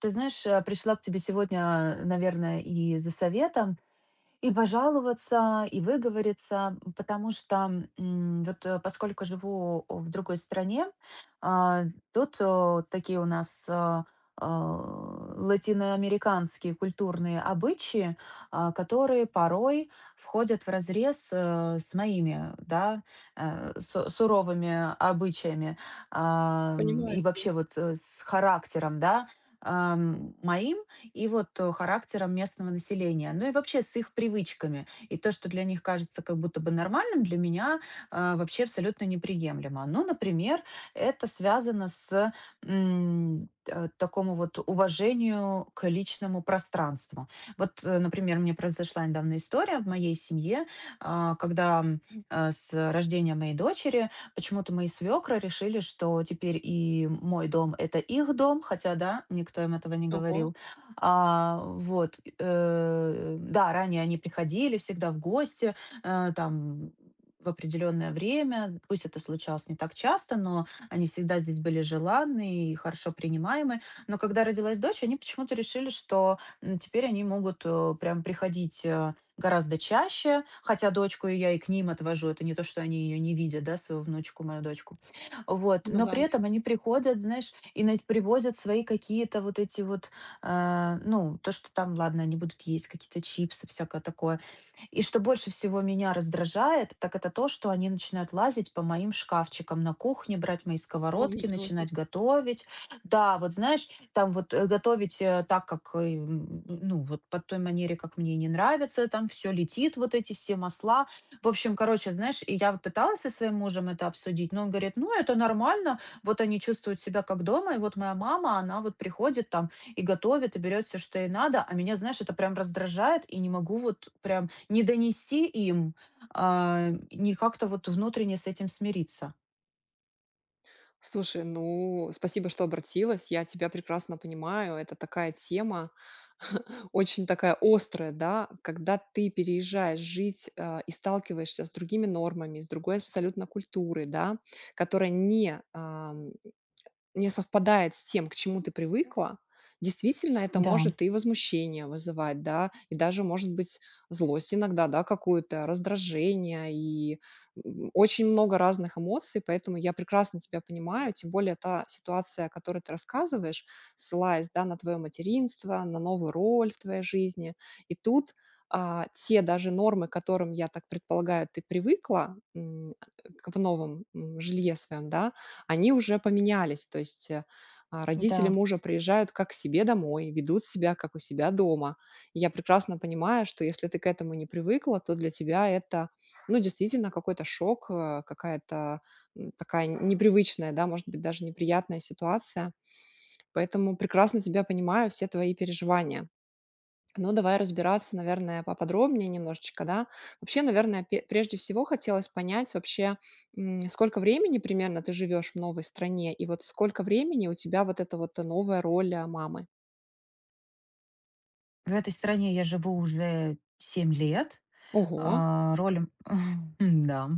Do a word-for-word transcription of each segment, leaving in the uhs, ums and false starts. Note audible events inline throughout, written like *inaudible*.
Ты знаешь, э, пришла к тебе сегодня, наверное, и за советом. И пожаловаться, и выговориться, потому что, м, вот, э, поскольку живу в другой стране, а, тут, э, такие у нас, а, а, латиноамериканские культурные обычаи, а, которые порой входят вразрез, э, с моими, да, э, су- суровыми обычаями, ам, Понимаю и тебя. вообще вот, э, с характером, да, ам, моим и вот э, характером местного населения, ну и вообще с их привычками. И то, что для них кажется как будто бы нормальным, для меня а, вообще абсолютно неприемлемо. Ну, например, это связано с м, э, такому вот уважению к личному пространству. Вот, э, например, мне произошла недавно история в моей семье, а, когда м, э, с рождения моей дочери почему-то мои свекры решили, что теперь и мой дом — это их дом, хотя, да, никто им этого не Ого, говорил. А, вот, э, да, ранее они приходили всегда в гости, э, там в определенное время. Пусть это случалось не так часто, но они всегда здесь были желанны и хорошо принимаемы. Но когда родилась дочь, они почему-то решили, что м, теперь они могут э, прям приходить э, гораздо чаще, хотя дочку и я и к ним отвожу. Это не то, что они ее не видят, да, свою внучку, мою дочку. Вот. ну Но да, при я этом они приходят, знаешь, и на- привозят свои какие-то вот эти вот а, ну, то, что там, ладно, они будут есть какие-то чипсы, всякое такое. И что больше всего меня раздражает, так это то, что они начинают лазить по моим шкафчикам на кухне, брать мои о, сковородки, ничего себе. начинать готовить. Да, вот знаешь, там вот э, готовить э, так, как, э, м, ну, вот по той манере, как мне не нравится, там все летит, вот эти все масла. В общем, короче, знаешь, и я вот пыталась со своим мужем это обсудить, но он говорит, ну, это нормально, вот они чувствуют себя как дома, и вот моя мама, она вот приходит там, и готовит, и берет все, что ей надо. А меня, знаешь, это прям раздражает, и не могу вот прям не донести им, а, не как-то вот внутренне с этим смириться. Слушай, ну, спасибо, что обратилась. Я тебя прекрасно понимаю. Это такая тема, *laughs* очень такая острая, да, когда ты переезжаешь жить а, и сталкиваешься с другими нормами, с другой абсолютно культурой, да, которая не не совпадает с тем, к чему ты привыкла, действительно, это Да, может и возмущение вызывать, да, и даже, может быть, злость иногда, да, какую-то, раздражение и м, очень много разных эмоций, поэтому я прекрасно тебя понимаю, тем более та ситуация, о которой ты рассказываешь, ссылаясь, да, на твое материнство, на новую роль в твоей жизни, и тут а, те даже нормы, к которым, я так предполагаю, ты привыкла, м, к- в новом м, жилье своем, да, они уже поменялись. То есть, э, а, родители да. мужа приезжают как к себе домой, ведут себя как у себя дома. И я прекрасно понимаю, что если ты к этому не привыкла, то для тебя это, ну, действительно какой-то шок, э, какая-то, м, такая непривычная, да, может быть, даже неприятная ситуация. Поэтому прекрасно тебя понимаю, все твои переживания. Ну, давай разбираться, наверное, поподробнее немножечко, да. Вообще, наверное, пе- прежде всего хотелось понять вообще, м, сколько времени примерно ты живешь в новой стране, и вот сколько времени у тебя вот эта вот новая роль а, мамы. В этой стране я живу уже семь лет. Ого, А, Роль, *laughs* да,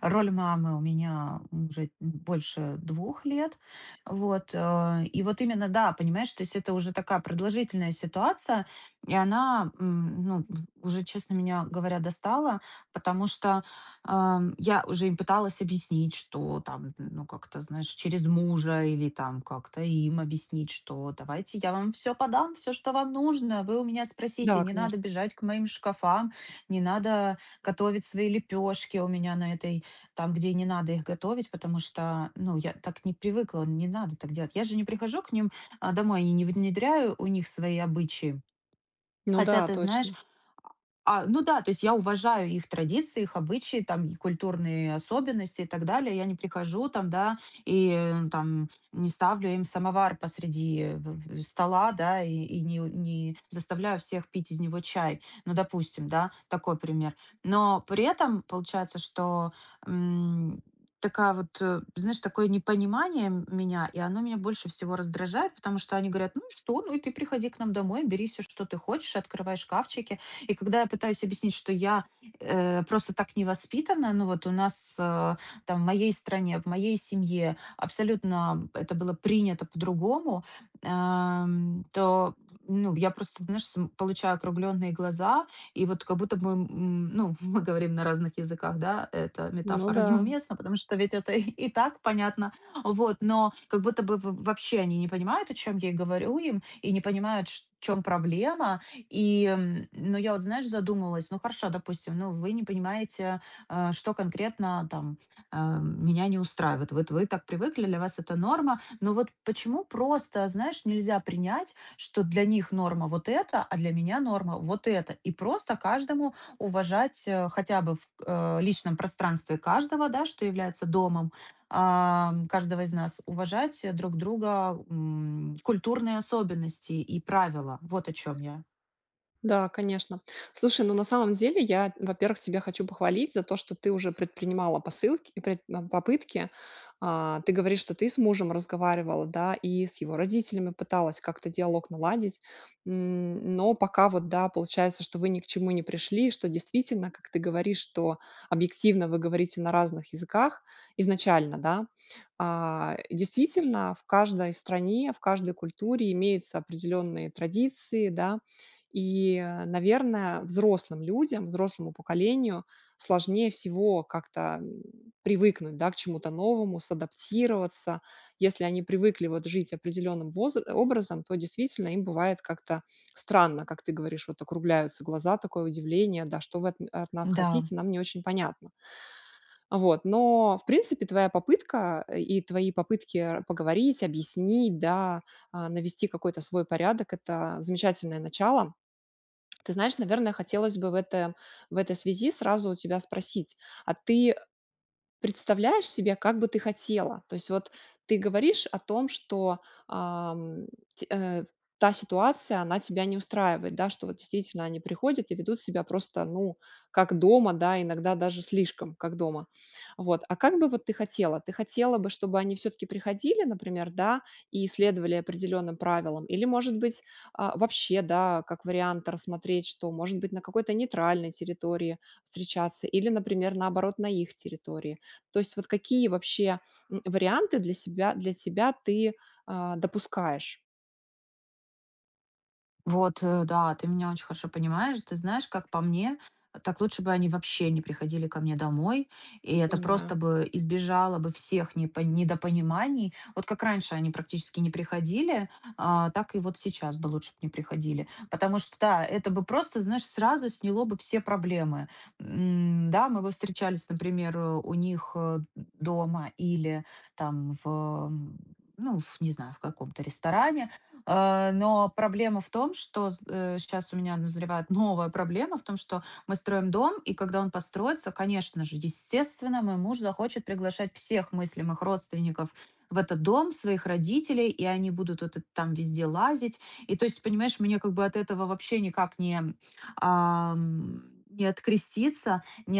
роль мамы у меня уже больше двух лет. Вот. э, И вот именно, да, понимаешь, то есть это уже такая продолжительная ситуация, и она, м, ну, уже, честно меня говоря, достала, потому что ам, я уже им пыталась объяснить, что там, ну, как-то, знаешь, через мужа или там как-то им объяснить, что давайте я вам все подам, все, что вам нужно, вы у меня спросите, да, не надо конечно. бежать к моим шкафам, не надо готовить свои лепешки у меня на этой, там, где не надо их готовить, потому что, ну, я так не привыкла, не надо так делать. Я же не прихожу к ним а, домой и не внедряю у них свои обычаи. Ну Хотя, да, ты знаешь, точно. а, ну да, то есть я уважаю их традиции, их обычаи, там, и культурные особенности и так далее. Я не прихожу там, да, и э, там не ставлю им самовар посреди э, в- в- стола, да, и, и не, не заставляю всех пить из него чай. Ну, допустим, да, такой пример. Но при этом получается, что м, такая вот, э, знаешь, такое непонимание м- меня, и оно меня больше всего раздражает, потому что они говорят, ну и что, ну и ты приходи к нам домой, бери все, что ты хочешь, открывай шкафчики, и когда я пытаюсь объяснить, что я, э, просто так не воспитана, ну, вот у нас, э, там, в моей стране, в моей семье абсолютно это было принято по-другому, эм, то, ну, я просто, знаешь, см получаю округленные глаза, и вот как будто бы, м, ну, *laughs* мы говорим на разных языках, да, эта Ну метафора да. неуместна, потому что ведь это и и так понятно, вот, но как будто бы в вообще они не понимают, о чем я и говорю им, и не понимают, в чем проблема. И, м, ну, я вот, знаешь, задумалась, ну, хорошо, допустим, ну, вы не понимаете, э, что конкретно там э, меня не устраивает. Вот вы так привыкли, для вас это норма. Но вот почему просто, знаешь, нельзя принять, что для них норма вот это, а для меня норма вот это. И просто каждому уважать э, хотя бы в э, личном пространстве каждого, да, что является домом, а, каждого из нас, уважать э, друг друга м, культурные особенности и правила. Вот о чем я. Да, конечно. Слушай, ну на самом деле я, во-первых, тебя хочу похвалить за то, что ты уже предпринимала посылки, и пред- а, попытки. А, Ты говоришь, что ты с мужем разговаривала, да, и с его родителями пыталась как-то диалог наладить. М, Но пока вот, да, получается, что вы ни к чему не пришли, что действительно, как ты говоришь, что объективно вы говорите на разных языках изначально, да, а, Действительно, в каждой стране, в каждой культуре имеются определенные традиции, да, и, э, наверное, взрослым людям, взрослому поколению сложнее всего как-то, м, привыкнуть, да, к чему-то новому, садаптироваться. Если они привыкли вот жить определенным возр образом, то действительно им бывает как-то странно, как ты говоришь, вот округляются глаза, такое удивление, да, что вы от м от нас Да, хотите, нам не очень понятно. Вот, но, в принципе, твоя попытка, э, и твои попытки р поговорить, объяснить, да, а, навести какой-то свой порядок — это замечательное начало. Ты знаешь, наверное, хотелось бы в это в этой связи сразу у тебя спросить, а ты, представляешь себе, как бы ты хотела? То есть вот ты говоришь о том, что, ам, те э, та ситуация, она тебя не устраивает, да, что вот действительно они приходят и ведут себя просто, ну, как дома, да, иногда даже слишком как дома. Вот. А как бы вот ты хотела? Ты хотела бы, чтобы они все таки приходили, например, да, и следовали определенным правилам? Или, может быть, а, вообще, да, как вариант рассмотреть, что, может быть, на какой-то нейтральной территории встречаться или, например, наоборот, на их территории? То есть вот какие вообще, м, варианты для себя для тебя ты, а, допускаешь? вот, э, да, ты меня очень хорошо понимаешь. Ты знаешь, как по мне, так лучше бы они вообще не приходили ко мне домой, и это просто Понимаю. бы избежало бы всех непо- недопониманий. Вот как раньше они практически не приходили, а, так и вот сейчас бы лучше бы не приходили. Потому что, да, это бы просто, знаешь, сразу сняло бы все проблемы. М, Да, мы бы встречались, например, э, у них э, дома или там в, м, ну, в, не знаю, в каком-то ресторане. Э, но проблема в том, что сейчас у меня назревает *laughs* новая проблема в том, что мы строим дом, и когда он построится, конечно же, естественно, мой муж захочет приглашать всех мыслимых родственников в этот дом, своих родителей, и они будут вот это там везде лазить. И то есть, понимаешь, мне как бы от этого вообще никак не, ам, не откреститься, не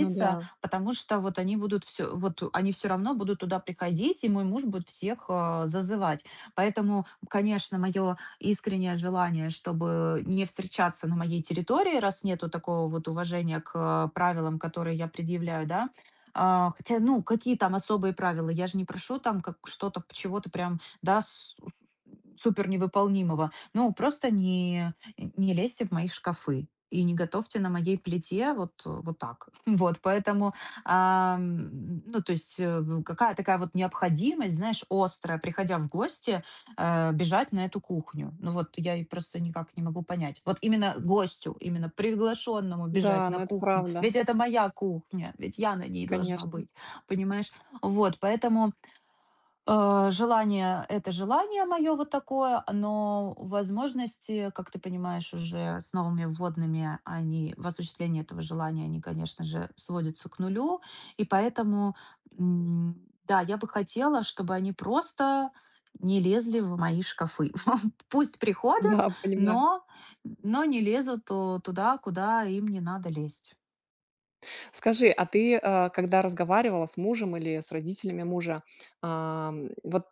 Ну да. потому что вот они будут все, вот они все равно будут туда приходить, и мой муж будет всех, а, зазывать. Поэтому, конечно, мое искреннее желание, чтобы не встречаться на моей территории, раз нету такого вот уважения к э, правилам, которые я предъявляю, да. А, Хотя, ну, какие там особые правила? Я же не прошу там как что-то, чего-то прям, да, с- супер невыполнимого. Ну, просто не, не лезьте в мои шкафы и не готовьте на моей плите вот, э, вот так. *laughs* Вот, поэтому, а, м, ну, то есть э, какая такая вот необходимость, знаешь, острая, приходя в гости, э, бежать на эту кухню. Ну вот я и просто никак не могу понять. Вот именно гостю, именно приглашенному бежать Да, на но это кухню. правда, Ведь это моя кухня, ведь я на ней должна конечно. быть, понимаешь? Вот, поэтому Э, желание- это желание мое вот такое, но возможности, как ты понимаешь, уже с новыми вводными, они в осуществлении этого желания, они, конечно же, сводятся к нулю. И поэтому, м, да, я бы хотела, чтобы они просто не лезли в мои шкафы. *laughs* Пусть приходят, *laughs* Да, понимаю. но но не лезут, э, туда, куда им не надо лезть. Скажи, а ты, э, когда разговаривала с мужем или с родителями мужа, ам, вот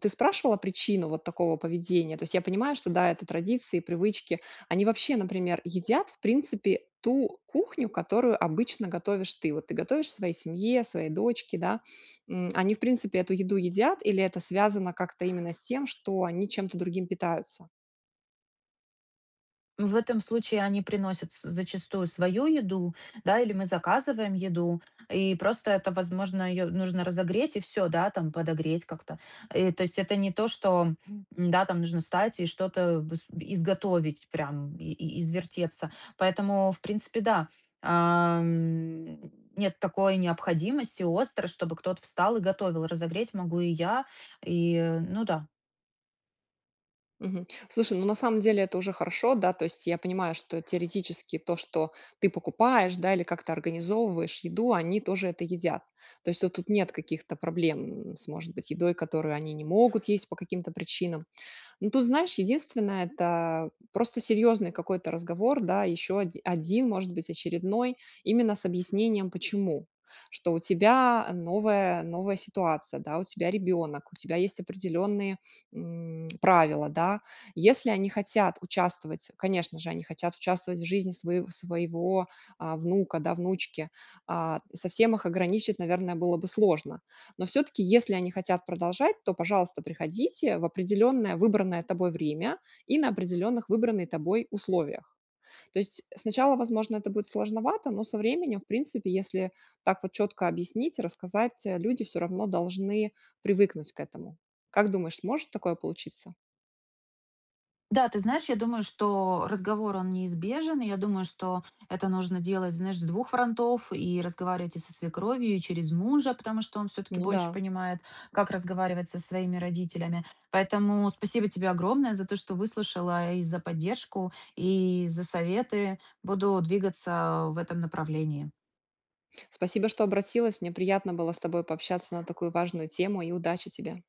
ты спрашивала причину вот такого поведения? То есть я понимаю, что да, это традиции, привычки. Они вообще, например, едят, в принципе, ту кухню, которую обычно готовишь ты. Вот ты готовишь своей семье, своей дочке, да? М, Они, в принципе, эту еду едят или это связано как-то именно с тем, что они чем-то другим питаются? В этом случае они приносят с зачастую свою еду, да, или мы заказываем еду, и просто это, возможно, ее нужно разогреть и все, да, там подогреть как-то. И то есть это не то, что, м, да, там нужно встать и что-то быс изготовить прям и и извертеться. Поэтому, в принципе, да, ам, нет такой необходимости остро, чтобы кто-то встал и готовил. Разогреть могу и я, и, э, ну да. Мгм. Слушай, ну на самом деле это уже хорошо, да, то есть я понимаю, что теоретически то, что ты покупаешь, да, или как-то организовываешь еду, они тоже это едят. То есть тут тут нет каких-то проблем с, может быть, едой, которую они не могут есть по каким-то причинам. Ну, тут, знаешь, единственное — это просто серьезный какой-то разговор, да, еще оди один, может быть, очередной, именно с объяснением почему. Что у тебя новая новая ситуация, да, у тебя ребенок, у тебя есть определенные, м, правила, да. Если они хотят участвовать, конечно же, они хотят участвовать в жизни своего своего, а, внука, да, внучки, а, совсем их ограничить, наверное, было бы сложно. Но все таки если они хотят продолжать, то, пожалуйста, приходите в определенное выбранное тобой время и на определенных выбранные тобой условиях. То есть сначала, возможно, это будет сложновато, но со временем, в принципе, если так вот четко объяснить, рассказать, э, люди все равно должны привыкнуть к этому. Как думаешь, может такое получиться? Да, ты знаешь, я думаю, что разговор, он неизбежен. И я думаю, что это нужно делать, знаешь, с двух фронтов. И разговаривать и со свекровью, и через мужа, потому что он все таки Ну больше да. понимает, как разговаривать со своими родителями. Поэтому спасибо тебе огромное за то, что выслушала, и за поддержку, и за советы. Буду двигаться в этом направлении. Спасибо, что обратилась. Мне приятно было с тобой пообщаться на такую важную тему, и удачи тебе.